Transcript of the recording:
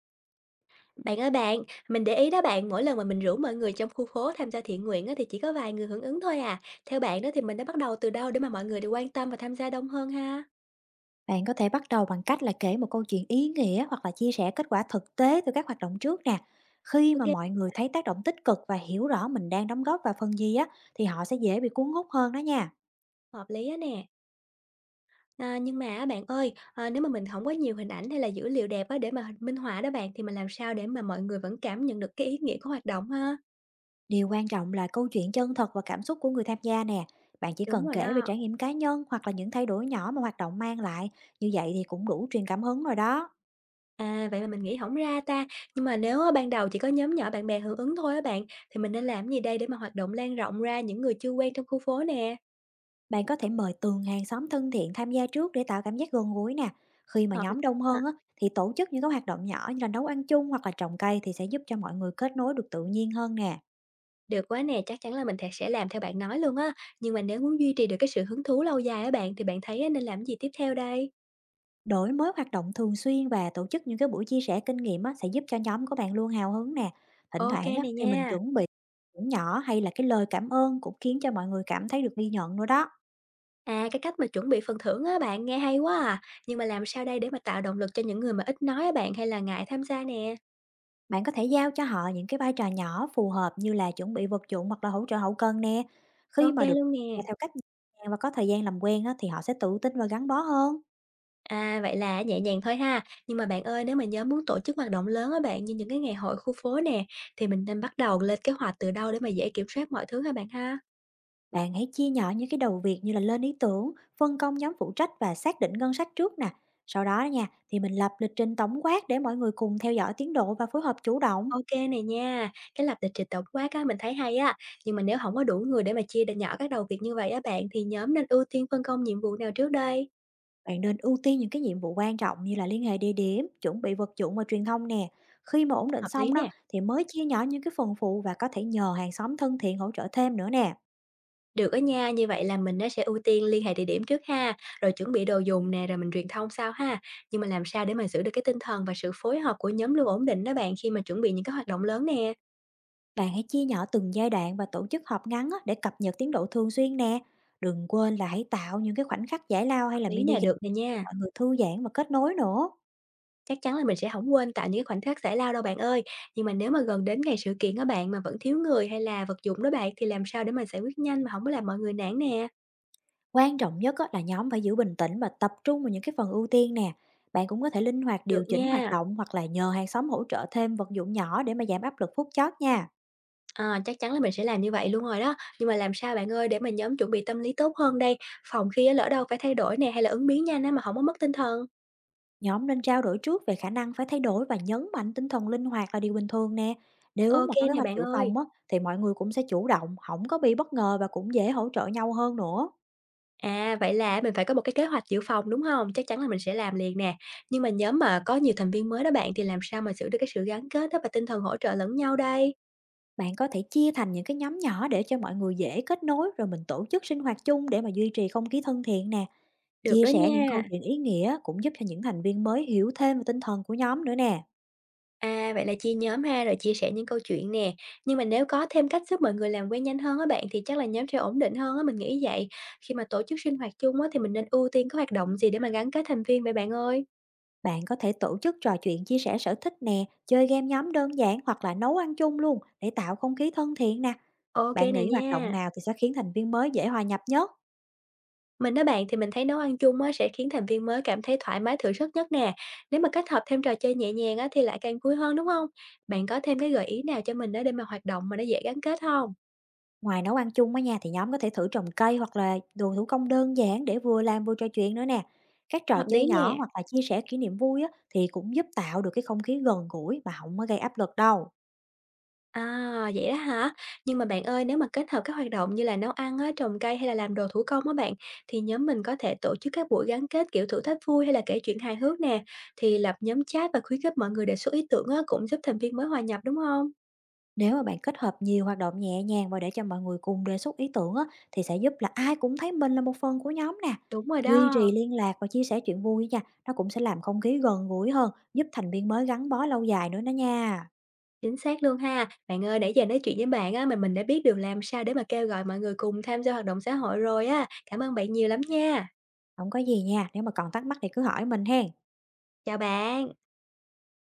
Bạn ơi bạn, mình để ý đó bạn, mỗi lần mà mình rủ mọi người trong khu phố tham gia thiện nguyện á, thì chỉ có vài người hưởng ứng thôi à. Theo bạn đó thì mình đã bắt đầu từ đâu để mà mọi người đều quan tâm và tham gia đông hơn ha? Bạn có thể bắt đầu bằng cách là kể một câu chuyện ý nghĩa hoặc là chia sẻ kết quả thực tế từ các hoạt động trước nè. Khi Ok, mà mọi người thấy tác động tích cực và hiểu rõ mình đang đóng góp vào phần gì á, thì họ sẽ dễ bị cuốn hút hơn đó nha. hợp lý á nè. À, nhưng mà á bạn ơi, à, nếu mà mình không có nhiều hình ảnh hay là dữ liệu đẹp á, để mà minh họa đó bạn, thì mình làm sao để mà mọi người vẫn cảm nhận được cái ý nghĩa của hoạt động ha? Điều quan trọng là câu chuyện chân thật và cảm xúc của người tham gia nè. Bạn chỉ Đúng cần rồi kể về đó. trải nghiệm cá nhân hoặc là những thay đổi nhỏ mà hoạt động mang lại, như vậy thì cũng đủ truyền cảm hứng rồi đó. À, vậy mà mình nghĩ không ra ta. Nhưng mà nếu á, ban đầu chỉ có nhóm nhỏ bạn bè hưởng ứng thôi á bạn, thì mình nên làm gì đây để mà hoạt động lan rộng ra những người chưa quen trong khu phố nè? Bạn có thể mời từng hàng xóm thân thiện tham gia trước để tạo cảm giác gần gũi nè. Khi mà Hợp lý. nhóm đông hơn á, thì tổ chức những cái hoạt động nhỏ như là nấu ăn chung hoặc là trồng cây thì sẽ giúp cho mọi người kết nối được tự nhiên hơn nè. Được quá nè, chắc chắn là mình thè sẽ làm theo bạn nói luôn á. Nhưng mà nếu muốn duy trì được cái sự hứng thú lâu dài á bạn, thì bạn thấy á nên làm gì tiếp theo đây? Đổi mới hoạt động thường xuyên và tổ chức những cái buổi chia sẻ kinh nghiệm á, sẽ giúp cho nhóm của bạn luôn hào hứng nè. Thỉnh Ok thoảng á, này thì mình nha. chuẩn bị nhỏ hay là cái lời cảm ơn cũng khiến cho mọi người cảm thấy được ghi nhận nữa đó. À, cái cách mà chuẩn bị phần thưởng á bạn, nghe hay quá à. Nhưng mà làm sao đây để mà tạo động lực cho những người mà ít nói á bạn, hay là ngại tham gia nè? Bạn có thể giao cho họ những cái vai trò nhỏ phù hợp như là chuẩn bị vật dụng hoặc là hỗ trợ hậu cần nè. Khi Ok mà được luôn nè. dạy theo cách nhẹ nhàng và có thời gian làm quen á, thì họ sẽ tự tin và gắn bó hơn. À, vậy là nhẹ nhàng thôi ha. Nhưng mà bạn ơi, nếu mà nhóm muốn tổ chức hoạt động lớn á bạn, như những cái ngày hội khu phố nè, thì mình nên bắt đầu lên kế hoạch từ đâu để mà dễ kiểm soát mọi thứ hả bạn ha? Bạn hãy chia nhỏ những cái đầu việc như là lên ý tưởng, phân công nhóm phụ trách và xác định ngân sách trước nè. Sau đó nha, thì mình lập lịch trình tổng quát để mọi người cùng theo dõi tiến độ và phối hợp chủ động. OK này nha. Cái lập lịch trình tổng quát á, mình thấy hay á, nhưng mà nếu không có đủ người để mà chia đ nhỏ các đầu việc như vậy á bạn, thì nhóm nên ưu tiên phân công nhiệm vụ nào trước đây? Bạn nên ưu tiên những cái nhiệm vụ quan trọng như là liên hệ địa điểm, chuẩn bị vật dụng và truyền thông nè. Khi mà ổn định Hợp lý xong đó, nè. thì mới chia nhỏ những cái phần phụ và có thể nhờ hàng xóm thân thiện hỗ trợ thêm nữa nè. Được á nha, như vậy là mình nó sẽ ưu tiên liên hệ địa điểm trước ha, rồi chuẩn bị đồ dùng nè, rồi mình truyền thông sau ha. Nhưng mà làm sao để mà giữ được cái tinh thần và sự phối hợp của nhóm luôn ổn định đó bạn, khi mà chuẩn bị những cái hoạt động lớn nè? Bạn hãy chia nhỏ từng giai đoạn và tổ chức họp ngắn á, để cập nhật tiến độ thường xuyên nè. Đừng quên là hãy tạo những cái khoảnh khắc giải lao hay Hợp là lý mini nè, được nè game cho nha. mọi người thư giãn và kết nối nữa. Chắc chắn là mình sẽ hổng quên tại những cái khoảnh khắc giải lao đâu bạn ơi. Nhưng mà nếu mà gần đến ngày sự kiện á bạn, mà vẫn thiếu người hay là vật dụng đó bạn, thì làm sao để mình giải quyết nhanh mà hổng có làm mọi người nản nè? Quan trọng nhất á, là nhóm phải giữ bình tĩnh và tập trung vào những cái phần ưu tiên nè. Bạn cũng có thể linh hoạt Được điều chỉnh hoạt nha, động hoặc là nhờ hàng xóm hỗ trợ thêm vật dụng nhỏ để mà giảm áp lực phút chót nha. ờ, chắc chắn là mình sẽ làm như vậy luôn rồi đó. Nhưng mà làm sao bạn ơi để mà nhóm chuẩn bị tâm lý tốt hơn đây, phòng khi á lỡ đâu phải thay đổi nè, hay là ứng biến nhanh á mà hổng có mất tinh thần? Nhóm nên trao đổi trước về khả năng phải thay đổi và nhấn mạnh tinh thần linh hoạt là điều bình thường nè. Ô Nếu mà kê có kế nè hoạch bạn dự ơi. phòng á, thì mọi người cũng sẽ chủ động, không có bị bất ngờ và cũng dễ hỗ trợ nhau hơn nữa. À, vậy là mình phải có một cái kế hoạch dự phòng, đúng hông? Chắc chắn là mình sẽ làm liền nè. Nhưng mà nhóm mà có nhiều thành viên mới đó bạn, thì làm sao mà giữ được cái sự gắn kết á và tinh thần hỗ trợ lẫn nhau đây? Bạn có thể chia thành những cái nhóm nhỏ để cho mọi người dễ kết nối, rồi mình tổ chức sinh hoạt chung để mà duy trì không khí thân thiện nè. Được Chia đó sẻ những câu nha. chuyện ý nghĩa cũng giúp cho những thành viên mới hiểu thêm về tinh thần của nhóm nữa nè. À, vậy là chia nhóm ha, rồi chia sẻ những câu chuyện nè. Nhưng mà nếu có thêm cách giúp mọi người làm quen nhanh hơn á bạn, thì chắc là nhóm sẽ ổn định hơn á, mình nghĩ vậy. Khi mà tổ chức sinh hoạt chung á, thì mình nên ưu tiên có hoạt động gì để mà gắn kết thành viên vậy bạn ơi? Bạn có thể tổ chức trò chuyện chia sẻ sở thích nè, chơi game nhóm đơn giản hoặc là nấu ăn chung luôn để tạo không khí thân thiện nè. Ok Bạn này nghĩ hoạt động nha. nào thì sẽ khiến thành viên mới dễ hòa nhập nhất? Mình đó bạn thì mình thấy nấu ăn chung á, sẽ khiến thành viên mới cảm thấy thoải mái thử sức nhất nè. Nếu mà kết hợp thêm trò chơi nhẹ nhàng á, thì lại càng vui hơn đúng không? Bạn có thêm cái gợi ý nào cho mình đó để mà hoạt động mà nó dễ gắn kết không? Ngoài nấu ăn chung ở nhà thì nhóm có thể thử trồng cây hoặc là đồ thủ công đơn giản để vừa làm vừa trò chuyện nữa nè. Các trò Hợp chơi lý nhỏ nè. hoặc là chia sẻ kỷ niệm vui á, thì cũng giúp tạo được cái không khí gần gũi mà không có gây áp lực đâu. À, vậy đó hả? Nhưng mà bạn ơi, nếu mà kết hợp các hoạt động như là nấu ăn á, trồng cây hay là làm đồ thủ công á bạn, thì nhóm mình có thể tổ chức các buổi gắn kết kiểu thử thách vui hay là kể chuyện hài hước nè. Thì lập nhóm chat và khuyến khích mọi người đề xuất ý tưởng á, cũng giúp thành viên mới hòa nhập đúng không? Nếu mà bạn kết hợp nhiều hoạt động nhẹ nhàng và để cho mọi người cùng đề xuất ý tưởng á, thì sẽ giúp là ai cũng thấy mình là một phần của nhóm nè. Đúng rồi Duy đó, trì liên lạc và chia sẻ chuyện vui nha, nó cũng sẽ làm không khí gần gũi hơn, giúp thành viên mới gắn bó lâu dài nữa đó nha. chính xác luôn ha. Bạn ơi, nãy giờ nói chuyện với bạn á, mà mình đã biết được làm sao để mà kêu gọi mọi người cùng tham gia hoạt động xã hội rồi á. Cảm ơn bạn nhiều lắm nha. Không có gì nha, nếu mà còn thắc mắc thì cứ hỏi mình hen. Chào bạn.